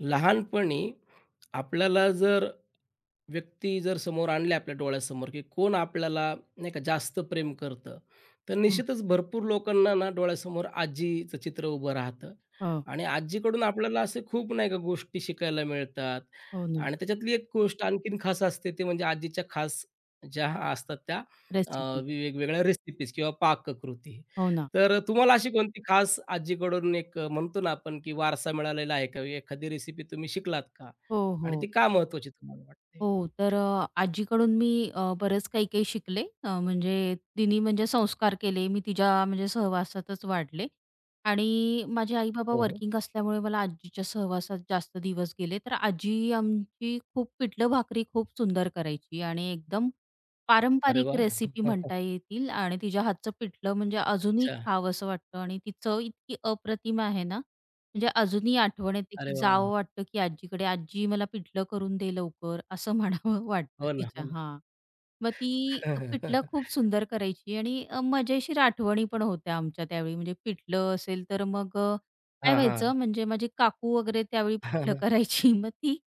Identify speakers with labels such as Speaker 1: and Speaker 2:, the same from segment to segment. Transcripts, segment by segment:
Speaker 1: लहानपणी आपल्याला जर व्यक्ती जर समोर आणले आपल्या डोळ्यासमोर, की कोण आपल्याला नाही का जास्त प्रेम करतं, तर
Speaker 2: हो,
Speaker 1: निश्चितच भरपूर लोकांना ना डोळ्यासमोर आजीचं चित्र उभं राहतं
Speaker 2: हो,
Speaker 1: आणि आजीकडून आपल्याला असे खूप नाही का गोष्टी शिकायला मिळतात
Speaker 2: हो ना.
Speaker 1: आणि त्याच्यातली एक गोष्ट आणखीन खास असते ते म्हणजे आजीच्या खास ज्या असतात त्या अ,
Speaker 2: रेसिपी.
Speaker 1: वेगवेगळ्या रेसिपीज किंवा पाककृती.
Speaker 2: हो ना.
Speaker 1: तर तुम्हाला अशी कोणती खास आजीकडून एक म्हणतो ना आपण, की वारसा मिळालेला आहे का? एखादी रेसिपी तुम्ही शिकलात का?
Speaker 2: हो, हो.
Speaker 1: आणि ती का महत्त्वाची तुम्हाला वाटते?
Speaker 2: हो, तर आजीकडून मी बरंच काही-काही शिकले. म्हणजे तिने म्हणजे संस्कार केले. मी तिच्या म्हणजे सहवासातच वाढले आणि माझे आई-बाबा
Speaker 1: हो, हो.
Speaker 2: वर्किंग असल्यामुळे मला आजीच्या सहवासात जास्त दिवस गेले. तर आजी आमची खूप पिठलं भाकरी खूप सुंदर करायची आणि एकदम
Speaker 1: अरे
Speaker 2: पारंपरिक
Speaker 1: वाह!
Speaker 2: रेसिपी म्हणता येतील आणि तिच्या हातचं पिठलं म्हणजे अजूनही
Speaker 1: अच्छा.
Speaker 2: खावंसं वाटतं आणि तिचं इतकी अप्रतिम आहे ना म्हणजे अजूनही आठवण येते,
Speaker 1: अरे
Speaker 2: की
Speaker 1: वाह, वाह!
Speaker 2: जावं वाटतं, की आजीकडे, "आजी मला पिठलं करून दे लवकर," असं म्हणावं वाटतं
Speaker 1: हो ना, हो
Speaker 2: तिच्या.
Speaker 1: ना.
Speaker 2: हां. मग ती पिठलं खूप सुंदर करायची आणि मजेशीर आठवणी पण होत्या आमच्या त्यावेळी. म्हणजे पिठलं असेल तर मग काय
Speaker 1: हां, हां.
Speaker 2: व्हायचं म्हणजे माझी काकू वगैरे त्यावेळी पिठलं करायची. मग ती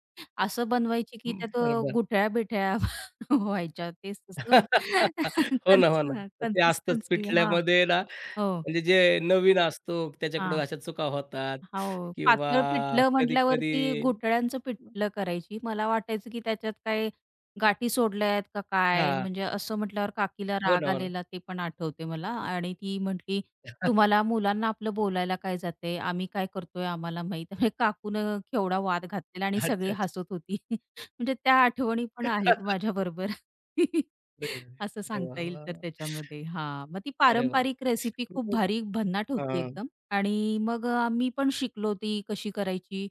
Speaker 2: असं बनवायची, की त्यात
Speaker 1: बरोबर.
Speaker 2: गुठळ्या-बिठळ्या व्हायच्या. तेच तसं
Speaker 1: हो ना, हो ना. तर ते असतंच
Speaker 2: कन्सिस्टन्सी हां.
Speaker 1: पिठल्यामध्ये ना,
Speaker 2: हो.
Speaker 1: म्हणजे जे नवीन असतो त्याच्याकडून
Speaker 2: हां.
Speaker 1: अशा चुका होतात
Speaker 2: हो,
Speaker 1: किंवा
Speaker 2: पातळ पिठलं
Speaker 1: कधी-कधी
Speaker 2: म्हटल्यावरती घोटाळ्यांचं पिठलं करायची. मला वाटायचं, की त्याच्यात काय गाठी सोडल्या आहेत का काय?
Speaker 1: हां.
Speaker 2: म्हणजे असं म्हटल्यावर काकीला
Speaker 1: हो ना,
Speaker 2: राग
Speaker 1: हो ना.
Speaker 2: आलेला ते पण आठवते मला आणि ती म्हटली, "तुम्हाला मुलांना आपलं बोलायला काय जातंय? आम्ही काय करतोय आम्हाला माहीत." म्हणजे काकूनं केवढा वाद घातलेला आणि
Speaker 1: अच्छा,
Speaker 2: सगळी
Speaker 1: अच्छा.
Speaker 2: हसत होती. म्हणजे त्या आठवणी पण आहेत माझ्याबरोबर.
Speaker 1: अरे,
Speaker 2: असं
Speaker 1: अरे वाह,
Speaker 2: सांगता येईल
Speaker 1: वाह,
Speaker 2: तर
Speaker 1: वाह!
Speaker 2: त्याच्यामध्ये. हां, मग ती
Speaker 1: अरे वाह!
Speaker 2: पारंपरिक रेसिपी खूप भारी भन्नाट होती
Speaker 1: हां,
Speaker 2: एकदम. आणि मग मी पण शिकलो ती कशी करायची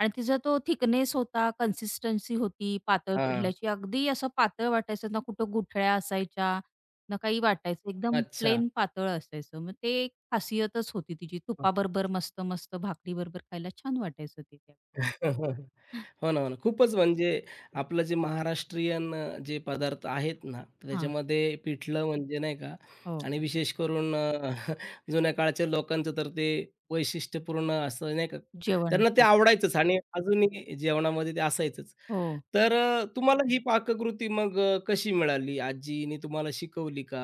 Speaker 2: आणि तिचा तो थिकनेस होता, कन्सिस्टन्सी होती पातळ
Speaker 1: हां.
Speaker 2: पिठल्याची. अगदी असं पातळ वाटायचं ना कुठं गुठळ्या असायच्या, ना काही वाटायचं. एकदम
Speaker 1: अच्छा.
Speaker 2: प्लेन पातळ असायचं. मग ते एक खासियतच होती तिची. तुपाबरोबर मस्त-मस्त भाकरीबरोबर खायला छान वाटायचं ते त्या
Speaker 1: हो ना, हो ना. खूपच म्हणजे आपलं जे महाराष्ट्रीयन जे पदार्थ आहेत ना, तर
Speaker 2: हां.
Speaker 1: त्याच्यामध्ये पिठलं म्हणजे नाही का
Speaker 2: हो.
Speaker 1: आणि विशेष करून जुन्या काळच्या लोकांचं तर ते वैशिष्ट्यपूर्ण असं नाही का,
Speaker 2: जेवण.
Speaker 1: त्यांना ते आवडायचंच आणि अजूनही जेवणामध्ये ते असायचंच.
Speaker 2: हो.
Speaker 1: तर तुम्हाला ही पाककृती मग कशी मिळाली? आजीने तुम्हाला शिकवली का?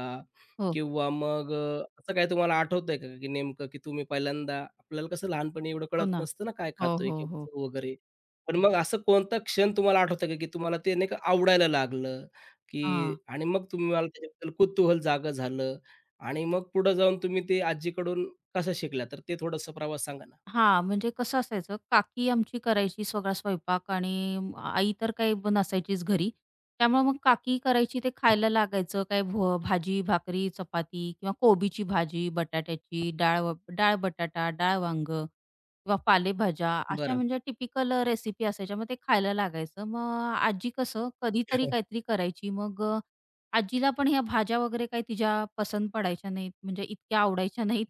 Speaker 2: हो.
Speaker 1: किंवा मग असं काही तुम्हाला आठवतंय का, की नेमकं की तुम्ही पहिल्यांदा आपल्याला कसं लहानपणी एवढं
Speaker 2: हो
Speaker 1: कळत
Speaker 2: ना.
Speaker 1: नसतं ना, काय
Speaker 2: हो,
Speaker 1: खातोय
Speaker 2: हो,
Speaker 1: किंवा
Speaker 2: हो.
Speaker 1: चव वगैरे. पण मग असं कोणता क्षण तुम्हाला आठवतंय का, की तुम्हाला ते नाही का आवडायला लागलं, की
Speaker 2: हां.
Speaker 1: आणि मग तुम्हाला त्याच्याबद्दल कुतूहल जागं झालं आणि मग पुढे जाऊन तुम्ही ते आजीकडून कसं शिकला? तर ते थोडंसं प्रवास सांगा ना?
Speaker 2: हां, म्हणजे कसं असायचं, काकी आमची करायची सगळा स्वयंपाक आणि आई तर काही नसायचीच घरी. त्यामुळे मग काकी करायची ते
Speaker 1: हां.
Speaker 2: खायला लागायचं. काय भाजी, भाकरी, चपाती किंवा कोबीची भाजी, बटाट्याची डाळ व डाळ बटाटा, डाळ वांगं किंवा पालेभाज्या अशा
Speaker 1: बरं.
Speaker 2: म्हणजे टिपिकल रेसिपी असायच्या. मग ते खायला लागायचं. मग आजी कसं कधीतरी काहीतरी करायची. मग आजीला पण ह्या भाज्या वगैरे काही तिच्या पसंत पडायच्या नाहीत, म्हणजे इतक्या आवडायच्या नाहीत.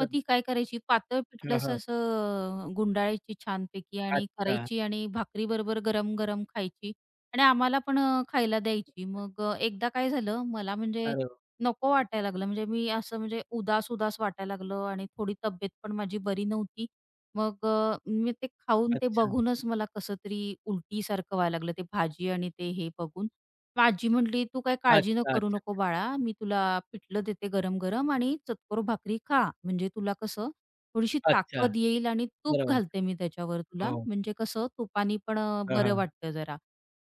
Speaker 2: मग ती काय करायची पातळ
Speaker 1: हां,
Speaker 2: पिठलंसं
Speaker 1: हां.
Speaker 2: असं गुंडाळायची छानपैकी आणि
Speaker 1: अच्छा.
Speaker 2: करायची आणि भाकरीबरोबर गरम-गरम खायची आणि आम्हाला पण खायला द्यायची. मग एकदा काय झालं मला म्हणजे
Speaker 1: अरे वाह!
Speaker 2: नको वाटायला लागलं. म्हणजे मी असं म्हणजे उदास-उदास वाटायला लागलं आणि थोडी तब्येत पण माझी बरी नव्हती. मग मी ते खाऊन ते
Speaker 1: अच्छा.
Speaker 2: बघूनच मला कसं तरी उलटीसारखं व्हायला लागलं. ते भाजी आणि ते हे बघून. मग आजी म्हटली, "तू काही काळजी न
Speaker 1: अच्छा,
Speaker 2: करू
Speaker 1: अच्छा, अच्छा.
Speaker 2: नको बाळा, मी तुला पिठलं देते गरम-गरम आणि चतकोर भाकरी खा. म्हणजे तुला कसं थोडीशी
Speaker 1: अच्छा.
Speaker 2: ताकद येईल आणि तूप
Speaker 1: बरोबर.
Speaker 2: घालते मी त्याच्यावर तुला.
Speaker 1: हो.
Speaker 2: म्हणजे कसं तुपानी पण
Speaker 1: हां,
Speaker 2: बरं
Speaker 1: हां.
Speaker 2: वाटतं जरा."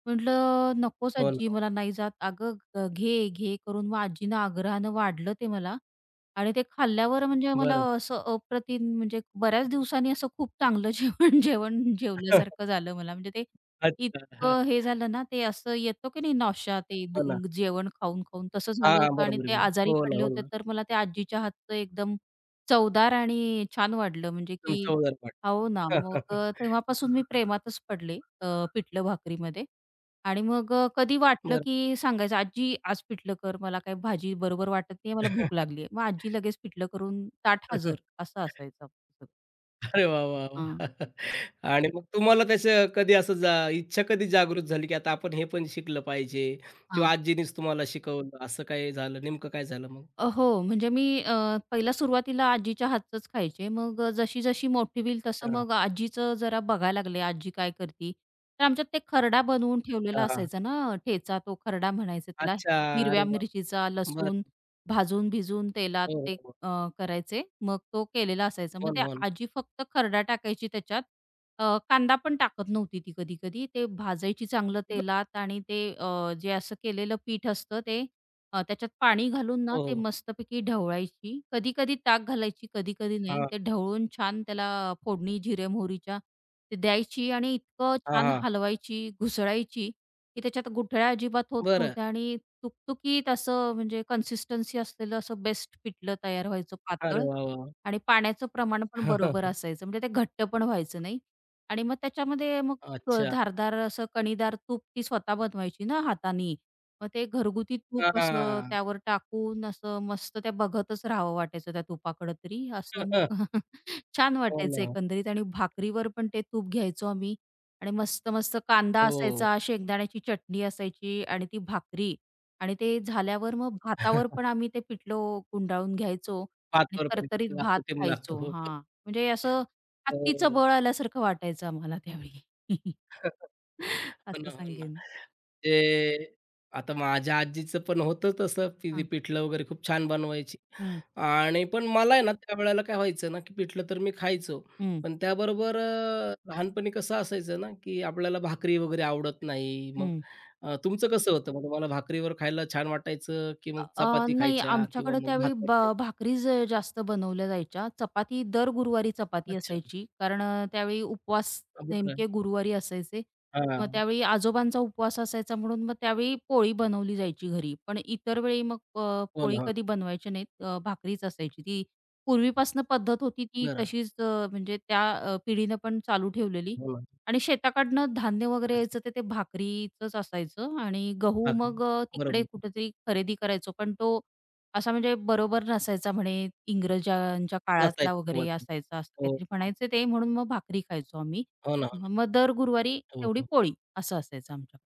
Speaker 2: म्हटलं, "नकोच
Speaker 1: हो
Speaker 2: आजी
Speaker 1: ना.
Speaker 2: मला नाही जात." "अगं घे, घे" करून मग आजीनं आग्रहानं वाढलं ते मला आणि ते खाल्ल्यावर म्हणजे मला
Speaker 1: बरं.
Speaker 2: असं अप्रतिम म्हणजे बऱ्याच दिवसांनी असं खूप चांगलं जेवण जेवण जेवल्यासारखं झालं मला. म्हणजे ते
Speaker 1: अच्छा. हां.
Speaker 2: इतकं हे झालं ना, ते असं येतं की नाही नौशा ते
Speaker 1: हो ना.
Speaker 2: जेवण खाऊन-खाऊन तसं
Speaker 1: हां,
Speaker 2: झालं
Speaker 1: हां.
Speaker 2: होतं आणि
Speaker 1: बरोबर आहे,
Speaker 2: ते
Speaker 1: बरोबर.
Speaker 2: आजारी
Speaker 1: हो ना,
Speaker 2: पडले
Speaker 1: हो
Speaker 2: होते.
Speaker 1: ना.
Speaker 2: तर मला त्या आजीच्या हातचं एकदम चवदार आणि छान वाटलं म्हणजे की
Speaker 1: तुमचं उदरपाठ.
Speaker 2: हो ना, मग तेव्हापासून मी प्रेमातच पडले पिठलं भाकरीमध्ये आणि मग कधी वाटलं
Speaker 1: बरं.
Speaker 2: की सांगायचं, "आजी आज पिठलं कर, मला काही भाजी बरोबर वाटत नाहीये, मला भूक लागली आहे." मग आजी लगेच पिठलं करून ताट
Speaker 1: अरे वाह!
Speaker 2: हजर असं असायचं.
Speaker 1: अरे वाह, वाह,
Speaker 2: हां,
Speaker 1: वाह! आणि मग तुम्हाला त्याचं कधी असं जा इच्छा कधी जागृत झाली, की आता आपण हे पण शिकलं पाहिजे
Speaker 2: हां.
Speaker 1: किंवा आजीनीच तुम्हाला शिकवलं, असं काय झालं? नेमकं काय झालं मग?
Speaker 2: हो, म्हणजे मी पहिला सुरुवातीला आजीच्या हातचंच खायचे. मग जशी-जशी मोठी होईल तसं
Speaker 1: हां,
Speaker 2: मग आजीचं जरा बघायला लागले, आजी काय करती. तर आमच्यात ते खरडा बनवून ठेवलेला
Speaker 1: हां, हां.
Speaker 2: असायचा ना ठेचा, तो खरडा म्हणायचा त्याला.
Speaker 1: अच्छा. अरे
Speaker 2: हिरव्या
Speaker 1: वाह!
Speaker 2: मिरचीचा,
Speaker 1: बरं.
Speaker 2: लसूण भाजून-भिजून तेलात
Speaker 1: हो, हो,
Speaker 2: ते
Speaker 1: हो.
Speaker 2: करायचे. मग तो केलेला असायचा. मग
Speaker 1: हो ना,
Speaker 2: ते
Speaker 1: हो ना.
Speaker 2: आजी फक्त खरडा टाकायची त्याच्यात. कांदा पण टाकत नव्हती ती कधी-कधी. ते भाजायची चांगलं तेलात आणि ते जे असं केलेलं पीठ असतं ते त्याच्यात पाणी घालून ना
Speaker 1: हो,
Speaker 2: ते
Speaker 1: हो.
Speaker 2: मस्तपैकी ढवळायची. कधी-कधी ताक घालायची, कधी-कधी नाही.
Speaker 1: हां,
Speaker 2: ते ढवळून छान त्याला फोडणी जिरे, मोहरीच्या ते द्यायची आणि इतकं
Speaker 1: हां,
Speaker 2: छान
Speaker 1: हां.
Speaker 2: हलवायची, घुसळायची, की त्याच्यात गुठळ्या अजिबात होत
Speaker 1: बरं.
Speaker 2: नव्हत्या आणि तुकतुकीत असं म्हणजे कन्सिस्टन्सी असलेलं असं बेस्ट पिठलं तयार व्हायचं
Speaker 1: अरे
Speaker 2: पातळ
Speaker 1: वाह, वाह!
Speaker 2: आणि पाण्याचं प्रमाण पण बरोबर असायचं. म्हणजे ते घट्ट पण व्हायचं नाही आणि मग त्याच्यामध्ये मग
Speaker 1: अच्छा.
Speaker 2: धारदार असं कणीदार तूप ती स्वतः बनवायची ना हातानी. मग ते घरगुती तूप असं
Speaker 1: हां.
Speaker 2: त्यावर टाकून असं मस्त त्या बघतच राहावं वाटायचं त्या तुपाकडं तरी. असं मग छान
Speaker 1: हो
Speaker 2: वाटायचं
Speaker 1: ना.
Speaker 2: एकंदरीत आणि भाकरीवर पण ते तूप घ्यायचो आम्ही आणि मस्त, मस्त कांदा
Speaker 1: हो.
Speaker 2: असायचा, शेंगदाण्याची चटणी असायची आणि ती भाकरी आणि ते झाल्यावर मग भातावर पण आम्ही ते पिठलं गुंडाळून घ्यायचो आणि
Speaker 1: पाचवर पण
Speaker 2: तरतरीत
Speaker 1: किती
Speaker 2: भात
Speaker 1: अप्रतिम लागतं.
Speaker 2: खायचो.
Speaker 1: हो.
Speaker 2: हां, म्हणजे असं हत्तीचं
Speaker 1: हो.
Speaker 2: बळ आल्यासारखं वाटायचं आम्हाला त्यावेळी.
Speaker 1: हो
Speaker 2: असं
Speaker 1: ना, हो ना.
Speaker 2: सांगेन.
Speaker 1: ते आता माझ्या आजीचं पण होतं तसं, की ती
Speaker 2: हां.
Speaker 1: पिठलं वगैरे खूप छान बनवायची
Speaker 2: हं,
Speaker 1: आणि पण मला आहे ना, त्यावेळेला काय व्हायचं ना, की पिठलं तर मी खायचो.
Speaker 2: हं,
Speaker 1: पण त्याबरोबर लहानपणी कसं असायचं ना, की आपल्याला भाकरी वगैरे आवडत नाही. मग
Speaker 2: हं.
Speaker 1: तुमचं कसं होतं? मग तुम्हाला भाकरीवर खायला छान वाटायचं, की
Speaker 2: अ,
Speaker 1: मग
Speaker 2: अ,
Speaker 1: चपाती
Speaker 2: नाही
Speaker 1: खायच्या किंवा
Speaker 2: आमच्याकडे
Speaker 1: मग भात
Speaker 2: त्यावेळी
Speaker 1: खायचा?
Speaker 2: भाकरीच जास्त बनवल्या जायच्या. चपाती दर गुरुवारी चपाती
Speaker 1: अच्छा.
Speaker 2: असायची. कारण त्यावेळी उपवास
Speaker 1: बरं.
Speaker 2: नेमके गुरुवारी असायचे. मग
Speaker 1: हां.
Speaker 2: त्यावेळी आजोबांचा उपवास असायचा म्हणून मग त्यावेळी पोळी बनवली जायची घरी. पण इतर वेळी मग
Speaker 1: हो ना,
Speaker 2: पोळी
Speaker 1: हो ना.
Speaker 2: कधी बनवायची नाहीत. भाकरीच असायची. ती पूर्वीपासून पद्धत होती ती
Speaker 1: बरं.
Speaker 2: तशीच म्हणजे त्या पिढीनं पण चालू ठेवलेली.
Speaker 1: हो ना.
Speaker 2: आणि शेताकडनं धान्य वगैरे
Speaker 1: अच्छा.
Speaker 2: यायचं तर ते भाकरीचंच असायचं आणि गहू
Speaker 1: भाकरी.
Speaker 2: मग तिकडे
Speaker 1: बरोबर.
Speaker 2: कुठेतरी खरेदी करायचो. पण तो असा म्हणजे बरोबर नसायचा म्हणे इंग्रजांच्या काळातला
Speaker 1: नसायचं
Speaker 2: वगैरे
Speaker 1: सुरुवातीला.
Speaker 2: असायचा असं
Speaker 1: हो,
Speaker 2: काहीतरी
Speaker 1: हो.
Speaker 2: म्हणायचे ते म्हणून मग भाकरी खायचो आम्ही.
Speaker 1: हो ना, हो ना.
Speaker 2: मग मग दर गुरुवारी
Speaker 1: हो,
Speaker 2: तेवढी
Speaker 1: हो.
Speaker 2: पोळी असं असायचं आमच्या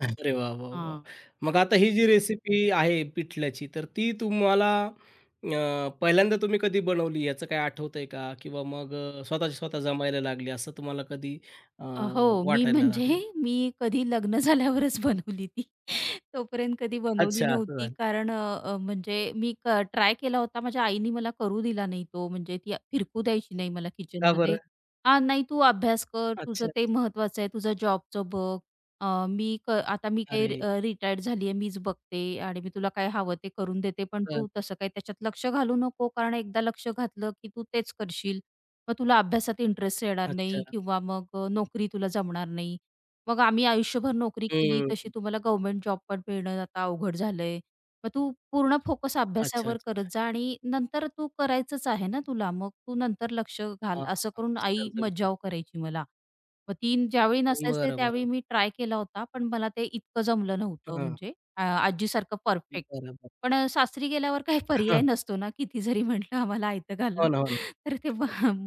Speaker 1: अरे वाह, वाह, वाह!
Speaker 2: हां.
Speaker 1: मग आता ही जी रेसिपी आहे पिठल्याची, तर ती तुम्हाला पहिल्यांदा तुम्ही कधी बनवली याचं काही आठवतंय का? किंवा मग स्वतःची स्वतः जमायला लागली असं तुम्हाला कधी अ,
Speaker 2: हो, मी
Speaker 1: वाटायला
Speaker 2: म्हणजे
Speaker 1: लागलं?
Speaker 2: मी कधी लग्न झाल्यावरच बनवली ती. तोपर्यंत कधी बनवली
Speaker 1: अच्छा, असं
Speaker 2: नव्हती
Speaker 1: झालं.
Speaker 2: कारण अ, अ, म्हणजे मी ट्राय केला होता. माझ्या आईने मला करू दिला नाही तो म्हणजे ती फिरकू द्यायची नाही मला
Speaker 1: का
Speaker 2: किचनमध्ये.
Speaker 1: बरं?
Speaker 2: "हां, नाही तू अभ्यास कर, तुझं
Speaker 1: अच्छा.
Speaker 2: ते महत्वाचं आहे, तुझं जॉबचं बघ. मी आता मी काही
Speaker 1: अरे
Speaker 2: रिटायर्ड झाली आहे, मीच बघते आणि मी तुला काय हवं ते करून देते. पण
Speaker 1: वाह!
Speaker 2: तू तसं काही त्याच्यात लक्ष घालू नको कारण एकदा लक्ष घातलं की तू तेच करशील." मग तुला अभ्यासात इंटरेस्ट येणार नाही
Speaker 1: अच्छा.
Speaker 2: किंवा मग नोकरी तुला जमणार नाही. मग आम्ही आयुष्यभर नोकरी केली
Speaker 1: हं.
Speaker 2: तशी तुम्हाला गव्हर्नमेंट जॉब पण मिळणं आता अवघड झालंय. मग तू पूर्ण फोकस
Speaker 1: अच्छा,
Speaker 2: अभ्यासावर
Speaker 1: अच्छा,
Speaker 2: करत
Speaker 1: अच्छा.
Speaker 2: जा आणि नंतर तू करायचंच आहे ना तुला, मग तू नंतर लक्ष घाल,
Speaker 1: हां,
Speaker 2: असं
Speaker 1: हां.
Speaker 2: करून आई
Speaker 1: त्यांचा विचार.
Speaker 2: मज्जाव करायची मला. मग ती ज्यावेळी नसायचे
Speaker 1: बरं,
Speaker 2: त्यावेळी
Speaker 1: बरं.
Speaker 2: मी ट्राय केला होता, पण मला ते इतकं जमलं नव्हतं
Speaker 1: हां.
Speaker 2: म्हणजे आजीसारखं परफेक्ट.
Speaker 1: बरोबर.
Speaker 2: पण सासरी गेल्यावर काही
Speaker 1: हां.
Speaker 2: पर्याय नसतो ना, किती जरी म्हटलं आम्हाला आयतं घाला,
Speaker 1: हो ना, हो ना.
Speaker 2: तर ते वा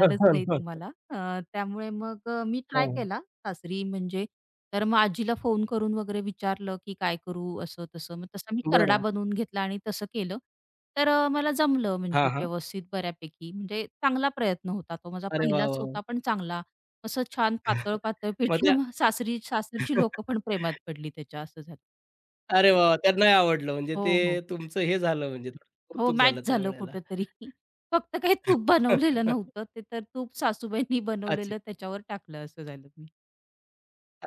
Speaker 1: हं, हं,
Speaker 2: नाही
Speaker 1: हं.
Speaker 2: तुम्हाला. त्यामुळे मग मी ट्राय
Speaker 1: हं.
Speaker 2: केला सासरी म्हणजे तर मग आजीला फोन करून वगैरे विचारलं, की "काय करू?" असं-तसं. मग तसा मी खर्डा
Speaker 1: बरं.
Speaker 2: बनवून घेतला आणि तसं केलं. तर मला जमलं
Speaker 1: हां,
Speaker 2: म्हणजे
Speaker 1: हां.
Speaker 2: व्यवस्थित बऱ्यापैकी. म्हणजे चांगला प्रयत्न होता तो. माझा
Speaker 1: अरे वाह,
Speaker 2: पहिलाच
Speaker 1: वाह, वाह!
Speaker 2: होता पण चांगला. असं छान पातळ-पातळ
Speaker 1: मग
Speaker 2: पिठलं
Speaker 1: त्या
Speaker 2: मग सासरी सासरची लोकं पण प्रेमात पडली त्याच्या असं झालं.
Speaker 1: अरे वाह! वाह! त्यांना नाही आवडलं म्हणजे ते
Speaker 2: हो, हो.
Speaker 1: तुमचं हे झालं म्हणजे
Speaker 2: हो,
Speaker 1: कौतुक
Speaker 2: मॅच
Speaker 1: झालं
Speaker 2: झालं
Speaker 1: त्यावेळेला.
Speaker 2: कुठेतरी. फक्त काही तूप बनवलेलं नव्हतं ते, तर तूप सासूबाईंनी
Speaker 1: अच्छा,
Speaker 2: बनवलेलं त्याच्यावर टाकलं असं झालं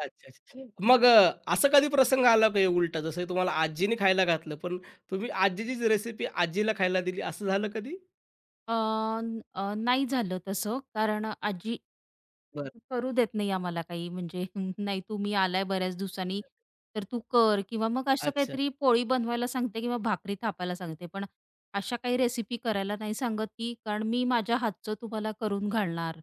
Speaker 1: अच्छा, अच्छा. मग असा कधी प्रसंग आला का उलटा जसं तुम्हाला आजीने खायला घातलं, पण तुम्ही आजीचीच रेसिपी आजीला खायला दिली असं झालं कधी?
Speaker 2: अ, नाही झालं तसं, कारण आजी
Speaker 1: बरं.
Speaker 2: करू देत नाही आम्हाला काही म्हणजे नाही तुम्ही आलाय बऱ्याच दिवसांनी, तर तू कर किंवा मग असं
Speaker 1: अच्छा,
Speaker 2: काहीतरी पोळी बनवायला सांगते किंवा भाकरी थापायला सांगते. पण अशा काही रेसिपी करायला नाही सांगत ती, कारण मी माझ्या हातचं तुम्हाला करून घालणार.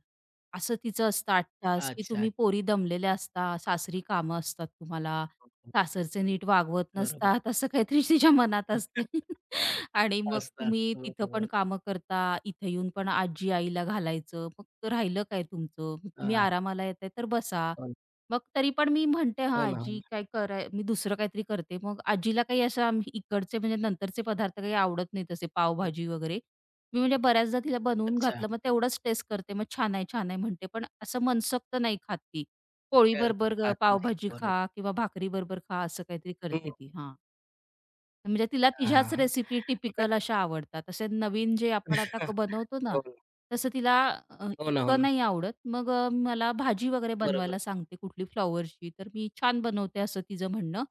Speaker 2: असं तिचं असतं 8
Speaker 1: अच्छा,
Speaker 2: तास, की तुम्ही
Speaker 1: अच्छा.
Speaker 2: पोरी दमलेल्या असता, सासरी कामं असतात तुम्हाला,
Speaker 1: हो, हो.
Speaker 2: सासरचे नीट वागवत
Speaker 1: बरोबर.
Speaker 2: नसतात, असं काहीतरी तिच्या मनात असते. आणि मग
Speaker 1: असतं,
Speaker 2: तुम्ही
Speaker 1: असतं.
Speaker 2: तिथं पण
Speaker 1: बरोबर.
Speaker 2: कामं करता, इथं येऊन पण आजी-आईला घालायचं. मग राहिलं काय तुमचं? मग तुम्ही
Speaker 1: हां.
Speaker 2: आरामाला येताय तर बसा.
Speaker 1: हो ना,
Speaker 2: मग तरी पण मी म्हणते, "हां,
Speaker 1: हो ना, हो
Speaker 2: आजी काय कराय" मी दुसरं काहीतरी करते. मग आजीला काही असं आम्ही इकडचे म्हणजे नंतरचे पदार्थ काही आवडत नाहीत असे
Speaker 1: ना.
Speaker 2: पावभाजी वगैरे. मी म्हणजे बऱ्याचदा तिला बनवून
Speaker 1: अच्छा.
Speaker 2: घातलं, मग तेवढंच टेस्ट करते. मग "छान आहे, छान आहे" म्हणते. पण असं मनसोक्त नाही खात ती.
Speaker 1: त्याला
Speaker 2: पोळीबरोबर
Speaker 1: खात नाही.
Speaker 2: पावभाजी
Speaker 1: बरोबर.
Speaker 2: खा किंवा भाकरीबरोबर खा असं काहीतरी
Speaker 1: हं.
Speaker 2: करते ती. हां. म्हणजे तिला
Speaker 1: हां, हां,
Speaker 2: तिच्याच
Speaker 1: हां.
Speaker 2: रेसिपी टिपिकल अशा आवडतात. असे नवीन जे आपण आता
Speaker 1: नाही.
Speaker 2: बनवतो ना,
Speaker 1: हो ना.
Speaker 2: तसं तिला
Speaker 1: हो ना, हो
Speaker 2: इतकं
Speaker 1: ना.
Speaker 2: नाही आवडत. मग मला भाजी वगैरे
Speaker 1: बरोबर.
Speaker 2: बनवायला सांगते कुठली फ्लॉवरची, तर मी छान बनवते असं तिचं म्हणणं.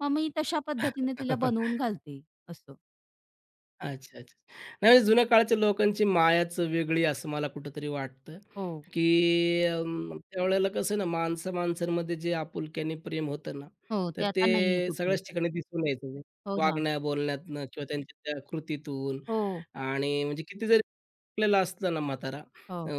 Speaker 2: मग मी तशा पद्धतीने तिला
Speaker 1: हो
Speaker 2: बनवून घालते असं.
Speaker 1: अच्छा, अच्छा. नाही म्हणजे जुन्या काळच्या लोकांची मायाच वेगळी असं मला कुठेतरी वाटतं,
Speaker 2: हो.
Speaker 1: की अं, त्यावेळेला कसं आहे ना, माणसं-माणसांमध्ये जे आपुलक्याने प्रेम होतं ना,
Speaker 2: हो, ते
Speaker 1: तर
Speaker 2: आता नाहीये
Speaker 1: ते
Speaker 2: कुठे.
Speaker 1: सगळ्याच ठिकाणी दिसून यायचं. म्हणजे
Speaker 2: हो ना.
Speaker 1: वागण्या-बोलण्यातनं किंवा त्यांच्या त्या कृतीतून
Speaker 2: हो.
Speaker 1: आणि म्हणजे किती जरी आपल्याला असला ना म्हातारा
Speaker 2: हो,
Speaker 1: अ,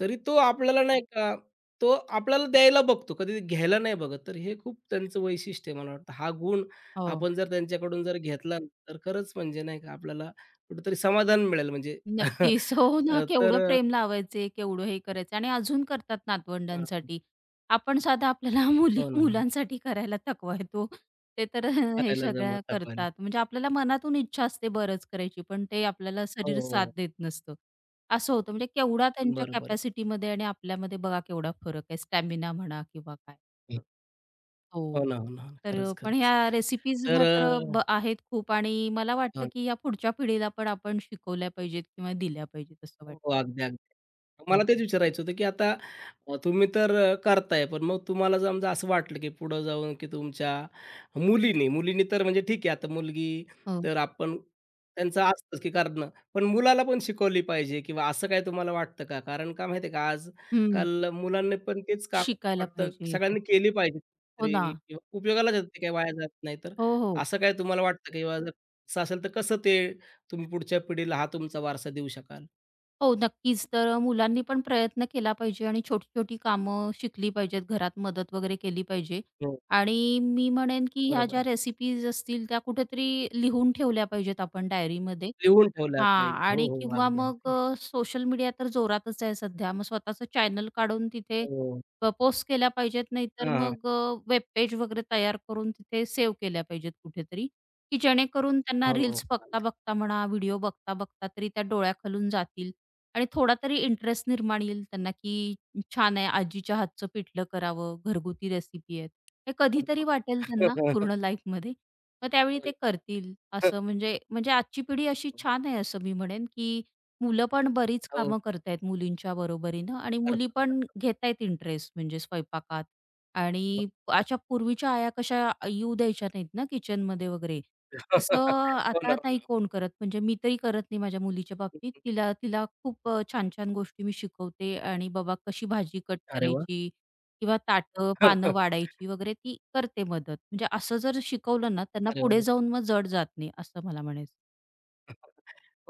Speaker 1: तरी तो आपल्याला नाही का, तो आपल्याला द्यायला बघतो, कधी घ्यायला नाही बघत. तर हे खूप त्यांचं वैशिष्ट्य आहे मला वाटतं. हा गुण
Speaker 2: हो.
Speaker 1: आपण जर त्यांच्याकडून जर घेतला ना, तर खरंच म्हणजे नाही का आपल्याला कुठेतरी समाधान मिळेल म्हणजे
Speaker 2: नक्कीच. हो ना,
Speaker 1: अ, तर
Speaker 2: केवढं
Speaker 1: अ,
Speaker 2: प्रेम लावायचे, केवढं हे करायचं आणि अजून करतात नातवंडांसाठी. आपण साधा आपल्याला मुली
Speaker 1: हो ना, हो ना.
Speaker 2: मुलांसाठी करायला थकवा येतो. ते तर हे
Speaker 1: करायला जमवत
Speaker 2: सगळ्या
Speaker 1: दाखवायला.
Speaker 2: करतात. म्हणजे आपल्याला मनातून इच्छा असते बरंच करायची, पण ते आपल्याला
Speaker 1: हो,
Speaker 2: शरीर
Speaker 1: हो.
Speaker 2: साथ
Speaker 1: हो.
Speaker 2: देत नसतं. असं होतं म्हणजे केवढा त्यांच्या
Speaker 1: बरोबर
Speaker 2: कॅपॅसिटीमध्ये आणि आपल्यामध्ये बघा केवढा फरक आहे. स्टॅमिना म्हणा किंवा काय.
Speaker 1: आहे.
Speaker 2: शकतं.
Speaker 1: हो
Speaker 2: हो.
Speaker 1: ना, हो ना, हो ना.
Speaker 2: तर
Speaker 1: खरंच,
Speaker 2: पण ह्या
Speaker 1: खरंच.
Speaker 2: रेसिपीज
Speaker 1: तर
Speaker 2: मात्र आहेत खूप आणि मला वाटतं,
Speaker 1: हो.
Speaker 2: की या पुढच्या पिढीला पण आपण शिकवल्या पाहिजेत किंवा दिल्या पाहिजेत असं
Speaker 1: हो, हो.
Speaker 2: वाटतं.
Speaker 1: अगदी, अगदी. मला
Speaker 2: हो,
Speaker 1: तेच विचारायचं होतं, की आता तुम्ही तर करताय, पण मग तुम्हाला समजा असं वाटलं, की पुढं जाऊन, की तुमच्या मुलीने मुलीने तर म्हणजे ठीक आहे, आता मुलगी
Speaker 2: हो.
Speaker 1: तर आपण त्यांचं असतंच, की करणं. पण मुलाला पण शिकवली पाहिजे किंवा असं काही तुम्हाला वाटतं का? कारण का माहिती आहे का,
Speaker 2: हं.
Speaker 1: आजकाल मुलांनी पण तेच काम
Speaker 2: शिकायला
Speaker 1: वाटतं, की
Speaker 2: पाहिजे. हो,
Speaker 1: सगळ्यांनी केली पाहिजे
Speaker 2: हो ना.
Speaker 1: तरी किंवा उपयोगालाच येतं, ते काही वाया जात नाही. तर
Speaker 2: हो, हो.
Speaker 1: असं काय तुम्हाला वाटतं, किंवा जर असं असेल, तर कसं ते तुम्ही पुढच्या पिढीला हा तुमचा वारसा देऊ शकाल?
Speaker 2: हो, नक्कीच. तर मुलांनी पण प्रयत्न केला पाहिजे आणि छोटी-छोटी कामं शिकली पाहिजेत, घरात मदत वगैरे केली पाहिजे. आणि मी म्हणेन, की ह्या
Speaker 1: बरोबर
Speaker 2: ज्या
Speaker 1: आहे.
Speaker 2: रेसिपीज असतील त्या कुठेतरी लिहून ठेवल्या पाहिजेत आपण डायरीमध्ये
Speaker 1: लिहून ठेवला
Speaker 2: हां.
Speaker 1: पाहिजे. हो,
Speaker 2: आणि
Speaker 1: हो.
Speaker 2: किंवा
Speaker 1: अगदी,
Speaker 2: मग
Speaker 1: अगदी.
Speaker 2: सोशल मीडिया तर जोरातच आहे सध्या. मग स्वतःचं चॅनल काढून तिथे
Speaker 1: हो.
Speaker 2: पोस्ट केल्या पाहिजेत, नाहीतर
Speaker 1: हां, हां.
Speaker 2: मग वेब पेज वगैरे तयार करून तिथे सेव्ह केल्या पाहिजेत कुठेतरी, की जेणेकरून
Speaker 1: हो,
Speaker 2: त्यांना
Speaker 1: हो.
Speaker 2: रील्स
Speaker 1: अगदी.
Speaker 2: बघता-बघता म्हणा, व्हिडिओ बघता-बघता तरी त्या डोळ्याखालून जातील आणि थोडा तरी इंटरेस्ट निर्माण येईल त्यांना, की छान आहे आजीच्या हातचं पिठलं करावं, घरगुती रेसिपी आहेत. हे
Speaker 1: हो ना, हो
Speaker 2: कधीतरी वाटेल
Speaker 1: ना.
Speaker 2: त्यांना
Speaker 1: हो ना.
Speaker 2: पूर्ण लाईफमध्ये. मग त्यावेळी ते करतील असं म्हणजे म्हणजे आजची पिढी अशी छान आहे असं मी म्हणेन, की मुलं पण बरीच
Speaker 1: हो.
Speaker 2: कामं करतायत मुलींच्या बरोबरीनं आणि मुली
Speaker 1: अर्थात.
Speaker 2: पण घेतायत इंटरेस्ट म्हणजे स्वयंपाकात आणि अशा पूर्वीच्या आया कशा येऊ द्यायच्या नाहीत ना किचनमध्ये वगैरे. तसं
Speaker 1: हो ना,
Speaker 2: आता
Speaker 1: हो
Speaker 2: नाही
Speaker 1: ना.
Speaker 2: कोण करत म्हणजे मी तरी करत नाही माझ्या मुलीच्या बाबतीत. तिला तिला खूप छान-छान गोष्टी मी शिकवते आणि बाबा कशी भाजी कट
Speaker 1: अरे वाह!
Speaker 2: करायची किंवा ताटं, पानं वाढायची वगैरे ती करते मदत. म्हणजे असं जर शिकवलं ना, त्यांना
Speaker 1: अरे
Speaker 2: पुढे
Speaker 1: वाह!
Speaker 2: जाऊन मग जड जात नाही, असं मला म्हणायचं.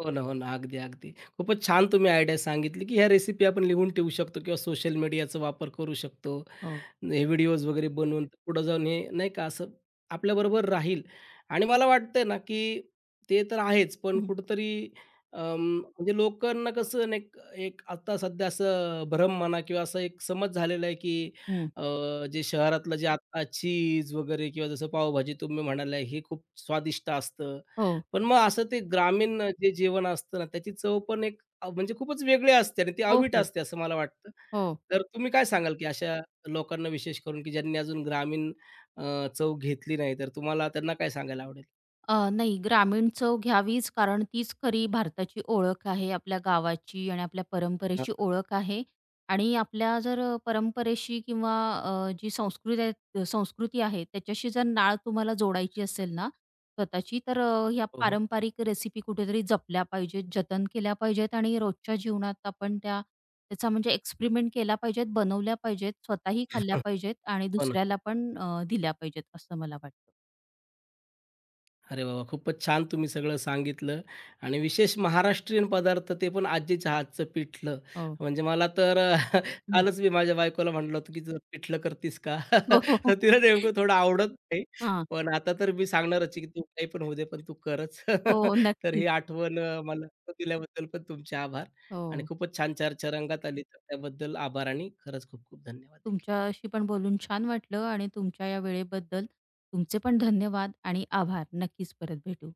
Speaker 1: हो ना, हो ना. अगदी, अगदी. खूपच छान तुम्ही आयडिया सांगितली, की ह्या रेसिपी आपण लिहून ठेवू शकतो किंवा सोशल मीडियाचा वापर करू शकतो.
Speaker 2: हो.
Speaker 1: हे व्हिडिओज वगैरे बनवून पुढं जाऊन हे नाही का असं आपल्याबरोबर राहील आणि मला वाटतंय ना, की ते तर आहेच, पण
Speaker 2: हं,
Speaker 1: कुठेतरी अं, म्हणजे लोकांना कसं ना एक एक आता सध्या असं भ्रम म्हणा किंवा असा एक समज झालेला आहे, की
Speaker 2: हं.
Speaker 1: अ, जे शहरातलं जे आता चीज वगैरे किंवा जसं पावभाजी तुम्ही म्हणाला, हे खूप स्वादिष्ट असतं
Speaker 2: हो.
Speaker 1: पण मग असं ते ग्रामीण जे जेवण असतं ना, त्याची चव पण एक म्हणजे खूपच वेगळी असते आणि ती
Speaker 2: हो,
Speaker 1: अवीट
Speaker 2: हो.
Speaker 1: असते असं मला वाटतं.
Speaker 2: हो.
Speaker 1: तर तुम्ही काय सांगाल, की अशा लोकांना विशेष करून, की ज्यांनी अजून ग्रामीण चव घेतली नाही, तर तुम्हाला त्यांना काय सांगायला आवडेल?
Speaker 2: नाही, ग्रामीण चव घ्यावीच, कारण तीच खरी भारताची ओळख आहे, आपल्या गावाची आणि आपल्या
Speaker 1: हां.
Speaker 2: परंपरेची ओळख आहे. आणि आपल्या जर परंपरेशी किंवा जी संस्कृती आहे, त्याच्याशी जर नाळ तुम्हाला जोडायची असेल ना, स्वतःची, तर ह्या
Speaker 1: हो, हो.
Speaker 2: पारंपरिक रेसिपी कुठेतरी जपल्या पाहिजेत, जतन केल्या पाहिजेत आणि रोजच्या जीवनात आपण त्या त्याचा म्हणजे एक्सपेरिमेंट केला पाहिजेत, बनवल्या पाहिजेत, स्वतःही खाल्ल्या पाहिजेत आणि दुसऱ्याला पण दिल्या पाहिजेत, असं मला वाटतं.
Speaker 1: अरे वाह! वाह! खूपच छान तुम्ही सगळं सांगितलं आणि विशेष महाराष्ट्रीयन पदार्थ ते पण आजीच्या हातचं पिठलं.
Speaker 2: हो.
Speaker 1: म्हणजे मला तर
Speaker 2: हं.
Speaker 1: कालच मी माझ्या बायकोला म्हटलं होतं, की "तू पिठलं करतीस का?"
Speaker 2: हो, हो,
Speaker 1: तर
Speaker 2: हो.
Speaker 1: तिला नेमकं थोडं आवडत नाही.
Speaker 2: हां.
Speaker 1: पण आता तर मी सांगणारच आहे, की "तू काही पण होऊ दे, पण तू करच."
Speaker 2: हो,
Speaker 1: तर ही
Speaker 2: नक्कीच.
Speaker 1: आठवण मला दिल्याबद्दल पण तुमचे आभार आणि
Speaker 2: हो.
Speaker 1: खूपच छान चर्चा रंगात आली. तर त्याबद्दल आभार आणि खरंच खूप खूप धन्यवाद देखील.
Speaker 2: तुमच्याशी पण बोलून छान वाटलं आणि तुमच्या या वेळेबद्दल तुमचे पण धन्यवाद आणि आभार. नक्कीच परत भेटू.